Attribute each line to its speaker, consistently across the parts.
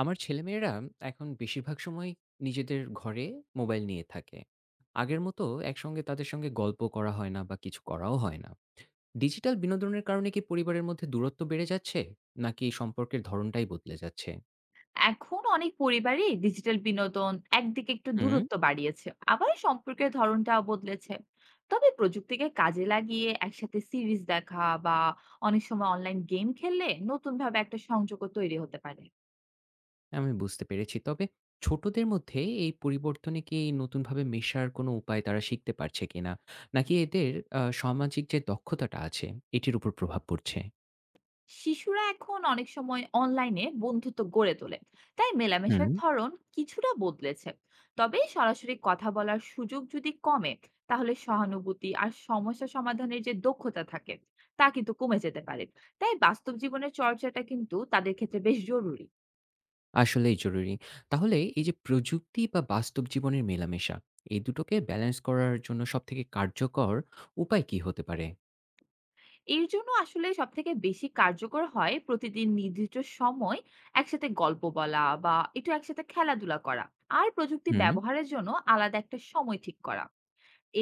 Speaker 1: আমার ছেলেমেয়েরা এখন বেশিরভাগ সময় নিজেদের ঘরে মোবাইল নিয়ে থাকে, আগের মতো একসঙ্গে তাদের সঙ্গে গল্প করা হয় না বা কিছু করাও হয় না। ডিজিটাল বিনোদনের কারণে কি পরিবারের মধ্যে দূরত্ব বেড়ে যাচ্ছে, নাকি সম্পর্কের ধরনটাই বদলে যাচ্ছে?
Speaker 2: এখন অনেক পরিবারই ডিজিটাল বিনোদন একদিকে একটু
Speaker 1: হুম,
Speaker 2: দূরত্ব বাড়িয়েছে, আবার সম্পর্কের ধরনটাও বদলেছে। তবে প্রযুক্তিকে কাজে লাগিয়ে একসাথে সিরিজ দেখা বা অনেক সময় অনলাইন গেম খেললে নতুন ভাবে একটা সংযোগও তৈরি হতে পারে।
Speaker 1: আমি বুঝতে পেরেছি। তবে ছোটদের মধ্যে এই পরিবর্তনে কি নতুনভাবে মেশার কোনো উপায় তারা শিখতে পারছে কিনা, নাকি এদের সামাজিক যে দক্ষতাটা আছে এটির উপর প্রভাব পড়ছে?
Speaker 2: শিশুরা এখন অনেক সময় অনলাইনে বন্ধুত্ব গড়ে তোলে, তাই
Speaker 1: হুম,
Speaker 2: মেলামেশার ধরন কিছুটা বদলেছে। তবে সরাসরি কথা বলার সুযোগ যদি কমে, তাহলে সহানুভূতি আর সমস্যা সমাধানের যে দক্ষতা থাকে তা কিন্তু কমে যেতে পারে। তাই বাস্তব জীবনের চর্চাটা কিন্তু তাদের ক্ষেত্রে বেশ জরুরি।
Speaker 1: আসলেই জরুরি। তাহলে এই যে প্রযুক্তি বা বাস্তব জীবনের মেলামেশা, এই দুটোকে ব্যালেন্স করার জন্য সবথেকে কার্যকর উপায় কি হতে পারে?
Speaker 2: এর জন্য আসলে সব থেকে বেশি কার্যকর হয় প্রতিদিন নির্দিষ্ট সময় একসাথে গল্প বলা বা একটু একসাথে খেলাধুলা করা, আর প্রযুক্তি
Speaker 1: হুম,
Speaker 2: ব্যবহারের জন্য আলাদা একটা সময় ঠিক করা।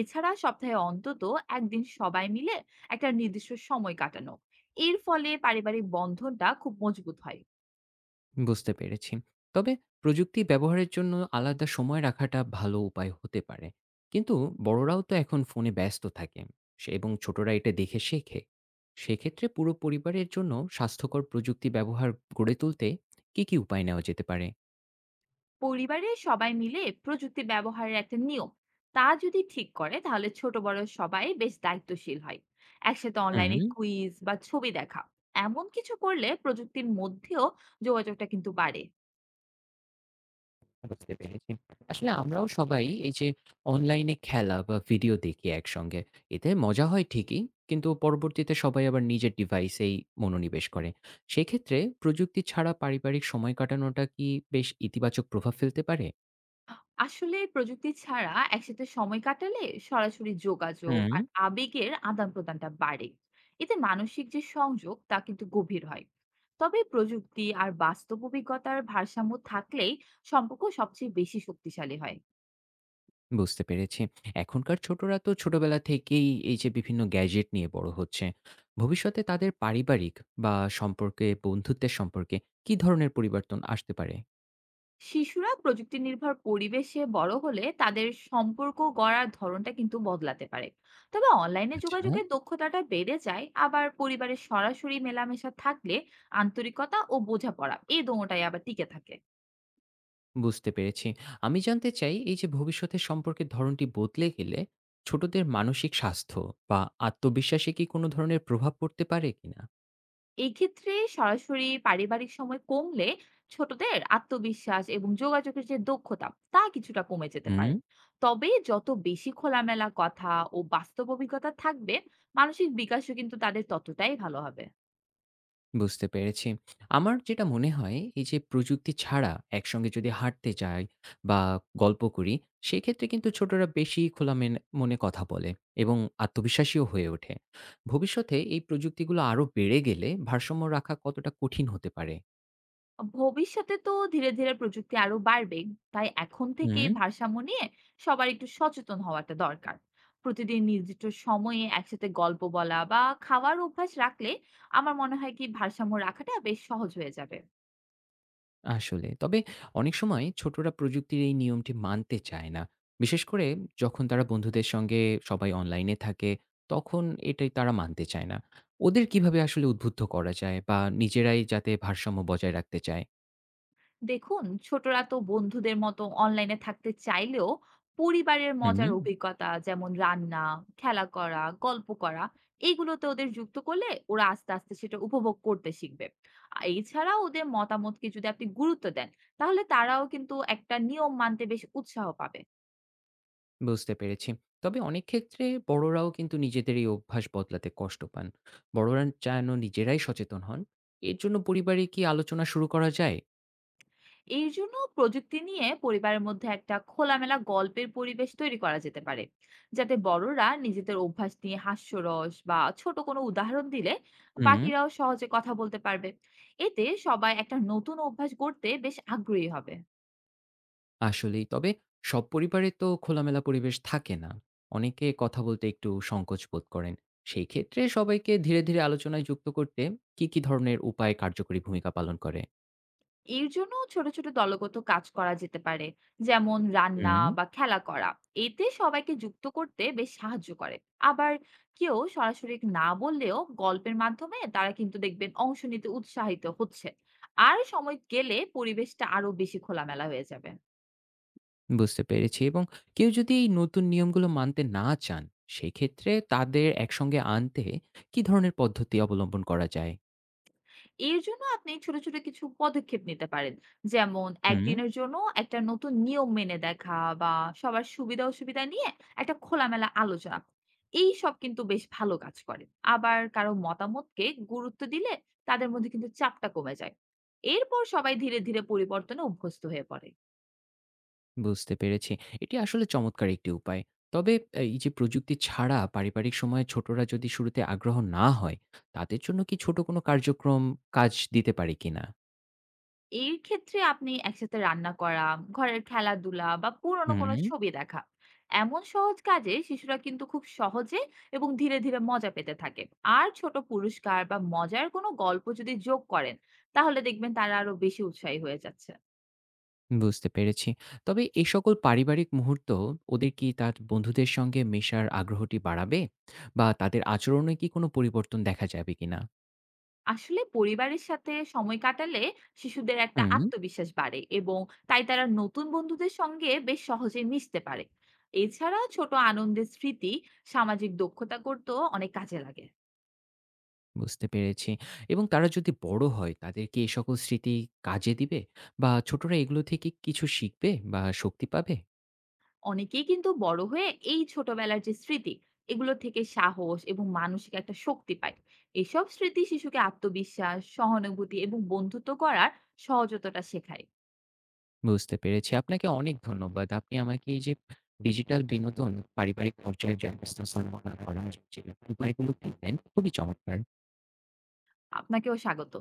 Speaker 2: এছাড়া সপ্তাহে অন্তত একদিন সবাই মিলে একটা নির্দিষ্ট সময় কাটানো, এর ফলে পারিবারিক বন্ধনটা খুব মজবুত হয়।
Speaker 1: বুঝতে পেরেছি। তবে প্রযুক্তি ব্যবহারের জন্য আলাদা সময় রাখাটা ভালো উপায় হতে পারে। কিন্তু বড়রাও তো এখন ফোনে ব্যস্ত থাকে, সে এবং ছোটরা এটা দেখে শেখে। সেক্ষেত্রে পুরো পরিবারের জন্য স্বাস্থ্যকর প্রযুক্তি ব্যবহার গড়ে তুলতে কী, কী উপায় নেওয়া যেতে পারে?
Speaker 2: পরিবারে সবাই মিলে প্রযুক্তি ব্যবহারের একটা নিয়ম তা যদি ঠিক করে, তাহলে ছোট বড় সবাই বেশ দায়িত্বশীল হয়। একসাথে
Speaker 1: হুম,
Speaker 2: অনলাইনে কুইজ বা ছবি দেখা এমন কিছু করলে প্রযুক্তির মধ্যেও যোগাযোগটা কিন্তু বাড়ে।
Speaker 1: বুঝতে পেরেছি। আসলে আমরাও সবাই এই যে অনলাইনে খেলা বা ভিডিও দেখি একসঙ্গে। এতে মজা হয় ঠিকই, কিন্তু পরবর্তীতে সবাই আবার নিজের ডিভাইসেই মনোনিবেশ করে। সেক্ষেত্রে প্রযুক্তি ছাড়া পারিবারিক সময় কাটানোটা কি বেশ ইতিবাচক প্রভাব ফেলতে পারে?
Speaker 2: আসলে প্রযুক্তি ছাড়া একসাথে সময় কাটালে সরাসরি যোগাযোগ
Speaker 1: হুম,
Speaker 2: আর আবেগের আদান প্রদানটা বাড়ে। এতে মানসিক যে সংযোগ তা কিন্তু গভীর হয়। তবে প্রযুক্তি আর বাস্তব অভিজ্ঞতার ভারসাম্য থাকলেই সম্পর্ক সবচেয়ে বেশি শক্তিশালী হয়।
Speaker 1: বুঝতে পেরেছি। এখনকার ছোটরা তো ছোটবেলা থেকেই এই যে বিভিন্ন গ্যাজেট নিয়ে বড় হচ্ছে। ভবিষ্যতে তাদের পারিবারিক বা সম্পর্কে, বন্ধুত্বের সম্পর্কে কি ধরনের পরিবর্তন আসতে পারে?
Speaker 2: শিশুরা প্রযুক্তি নির্ভর পরিবেশে বড় হলে তাদের সম্পর্ক গড়ার ধরনটা কিন্তু বদলাতে পারে। তবে অনলাইনে
Speaker 1: আচ্ছা,
Speaker 2: যোগাযোগের দক্ষতাটা বেড়ে যায়, আবার পরিবারের সরাসরি মেলামেশা থাকলে আন্তরিকতা ও বোঝাপড়া এই দোনোটাই আবার টিকে থাকে।
Speaker 1: বুঝতে পেরেছি। আমি জানতে চাই এই যে ভবিষ্যতের সম্পর্কের ধরনটি বদলে গেলে ছোটদের মানসিক স্বাস্থ্য বা আত্মবিশ্বাসে কি কোনো ধরনের প্রভাব পড়তে পারে কিনা?
Speaker 2: এই ক্ষেত্রে সরাসরি পারিবারিক সময় কমলে ছোটদের আত্মবিশ্বাস এবং যোগাযোগের যে দক্ষতা তা কিছুটা কমে যেতে
Speaker 1: হুম,
Speaker 2: পারে। তবে যত বেশি খোলামেলা কথা ও বাস্তব অভিজ্ঞতা থাকবে, মানসিক বিকাশও কিন্তু তাদের ততটাই ভালো হবে।
Speaker 1: বুঝতে পেরেছি। আমার যেটা মনে হয় এই যে প্রযুক্তি ছাড়া একসঙ্গে যদি হাঁটতে যাই বা গল্প করি, সেক্ষেত্রে কিন্তু ছোটরা বেশি খোলা মেন মনে কথা বলে এবং আত্মবিশ্বাসীও হয়ে ওঠে। ভবিষ্যতে এই প্রযুক্তিগুলো আরো বেড়ে গেলে ভারসাম্য রাখা কতটা কঠিন হতে পারে?
Speaker 2: ভবিষ্যতে তো ধীরে ধীরে প্রযুক্তি আরো বাড়বে, তাই এখন থেকে
Speaker 1: হুম,
Speaker 2: ভারসাম্য নিয়ে সবার একটু সচেতন হওয়াটা দরকার। প্রতিদিন নির্দিষ্ট সময়ে একসাথে গল্প বলা বা খাওয়ার অভ্যাস রাখলে আমার মনে হয় কি ভারসাম্য রাখাটা বেশ সহজ হয়ে যাবে।
Speaker 1: আসলে। তবে অনেক সময় ছোটরা প্রযুক্তির এই নিয়মটি মানতে চায় না। বিশেষ করে যখন তারা বন্ধুদের সঙ্গে সবাই অনলাইনে থাকে, তখন এটাই তারা মানতে চায় না। ওদের কিভাবে আসলে উদ্বুদ্ধ করা যায় বা নিজেরাই যাতে ভারসাম্য বজায় রাখতে চায়?
Speaker 2: দেখুন, ছোটরা তো বন্ধুদের মতো অনলাইনে থাকতে চাইলেও পরিবারের মজার
Speaker 1: হুম,
Speaker 2: অভিজ্ঞতা যেমন রান্না, খেলা করা, গল্প করা এইগুলোতে ওদের যুক্ত করলে ওরা আস্তে আস্তে সেটা উপভোগ করতে শিখবে। আর এছাড়া ওদের মতামতকে যদি আপনি গুরুত্ব দেন, তাহলে তারাও কিন্তু একটা নিয়ম মানতে বেশ উৎসাহ পাবে।
Speaker 1: বুঝতে পেরেছি। তবে অনেক ক্ষেত্রে বড়রাও কিন্তু নিজেদের এই অভ্যাস বদলাতে কষ্ট পান। বড়রা যেন নিজেরাই সচেতন হন, এর জন্য পরিবারে কি আলোচনা শুরু করা যায়?
Speaker 2: এর জন্য প্রযুক্তি নিয়ে পরিবারের মধ্যে একটা খোলামেলা গল্পের পরিবেশ তৈরি করা যেতে পারে, যাতে বড়রা নিজেদের অভ্যাস নিয়ে হাস্যরস বা ছোট কোনো উদাহরণ দিলে
Speaker 1: হুম,
Speaker 2: বাকিরাও সহজে কথা বলতে পারবে। এতে সবাই একটা নতুন অভ্যাস গড়তে বেশ আগ্রহী হবে।
Speaker 1: আসলেই। তবে সব পরিবারে তো খোলামেলা পরিবেশ থাকে না। অনেকে কথা বলতে একটু সংকোচ বোধ করেন। সেই ক্ষেত্রে সবাইকে ধীরে, ধীরে আলোচনায় যুক্ত করতে কী, কী ধরনের উপায় কার্যকরী ভূমিকা পালন করে?
Speaker 2: এর জন্য ছোট, ছোট দলগত কাজ করা যেতে পারে। যেমন রান্না
Speaker 1: হুম,
Speaker 2: বা খেলা করা। এতে সবাইকে যুক্ত করতে বেশ সাহায্য করে। আবার কেউ সরাসরি না বললেও গল্পের মাধ্যমে তারা কিন্তু দেখবেন অংশ নিতে উৎসাহিত হচ্ছে। আর সময় গেলে পরিবেশটা আরো বেশি খোলামেলা হয়ে যাবে।
Speaker 1: বুঝতে পেরেছি এবং কেউ যদি এই নতুন নিয়মগুলো মানতে না চান, সেক্ষেত্রে তাদের একসঙ্গে আনতে কী ধরনের পদ্ধতি অবলম্বন করা যায়?
Speaker 2: এর জন্য আপনি ছোট, ছোট কিছু পদক্ষেপ নিতে পারেন। যেমন
Speaker 1: হুম,
Speaker 2: একদিনের জন্য একটা নতুন নিয়ম মেনে দেখা বা সবার সুবিধা-অসুবিধা নিয়ে একটা খোলামেলা আলোচনা। এইসব কিন্তু বেশ ভালো কাজ করে। আবার কারো মতামতকে গুরুত্ব দিলে তাদের মধ্যে কিন্তু চাপটা কমে যায়। এরপর সবাই ধীরে, ধীরে পরিবর্তনে অভ্যস্ত হয়ে পড়ে।
Speaker 1: বুঝতে পেরেছি। এটি আসলে চমৎকার একটি উপায়। তবে এই যে প্রযুক্তি ছাড়া পারিবারিক সময়ে ছোটরা যদি শুরুতে আগ্রহ না হয়, তাদের জন্য কি ছোট কোনো কার্যক্রম কাজ দিতে পারি কিনা?
Speaker 2: এর ক্ষেত্রে আপনি একসাথে রান্না করা, ঘরের খেলাধুলা বা পুরনো কোনো
Speaker 1: হুম,
Speaker 2: ছবি দেখা। এমন সহজ কাজে শিশুরা কিন্তু খুব সহজে এবং ধীরে, ধীরে মজা পেতে থাকে। আর ছোট পুরস্কার বা মজার কোনো গল্প যদি যোগ করেন, তাহলে দেখবেন তারা আরো বেশি উৎসাহী হয়ে যাচ্ছে।
Speaker 1: বুঝতে পেরেছি। তবে এই সকল পারিবারিক মুহূর্ত ওদের কি তার বন্ধুদের সঙ্গে মেশার আগ্রহটি বাড়াবে? বা তাদের আচরণে কি কোনো পরিবর্তন দেখা যাবে কিনা?
Speaker 2: আসলে পরিবারের সাথে সময় কাটালে শিশুদের একটা
Speaker 1: হুম,
Speaker 2: আত্মবিশ্বাস বাড়ে, এবং তাই তারা নতুন বন্ধুদের সঙ্গে বেশ সহজে মিশতে পারে। এছাড়া ছোট আনন্দের স্মৃতি সামাজিক দক্ষতা করতেও অনেক কাজে লাগে।
Speaker 1: বুঝতে পেরেছি। এবং তারা যদি বড় হয় তাদের কি এই সকল স্মৃতি কাজে দিবে? বা ছোটরা এগুলো থেকে কিছু শিখবে বা শক্তি পাবে?
Speaker 2: অনেকেই কিন্তু বড় হয়ে এই ছোটবেলার যে স্মৃতি এগুলো থেকে সাহস এবং মানসিক একটা শক্তি পায়। এসব স্মৃতি শিশুকে আত্মবিশ্বাস, সহানুভূতি এবং বন্ধুত্ব করার সহজতটা শেখায়।
Speaker 1: বুঝতে পেরেছি। আপনাকে অনেক ধন্যবাদ। আপনি আমাকে এই যে ডিজিটাল বিনোদন পারিবারিক পর্যায়ে যে ব্যবস্থাপনা করার যে উপায়গুলো বললেন খুবই চমৎকার।
Speaker 2: আপনাকেও স্বাগত।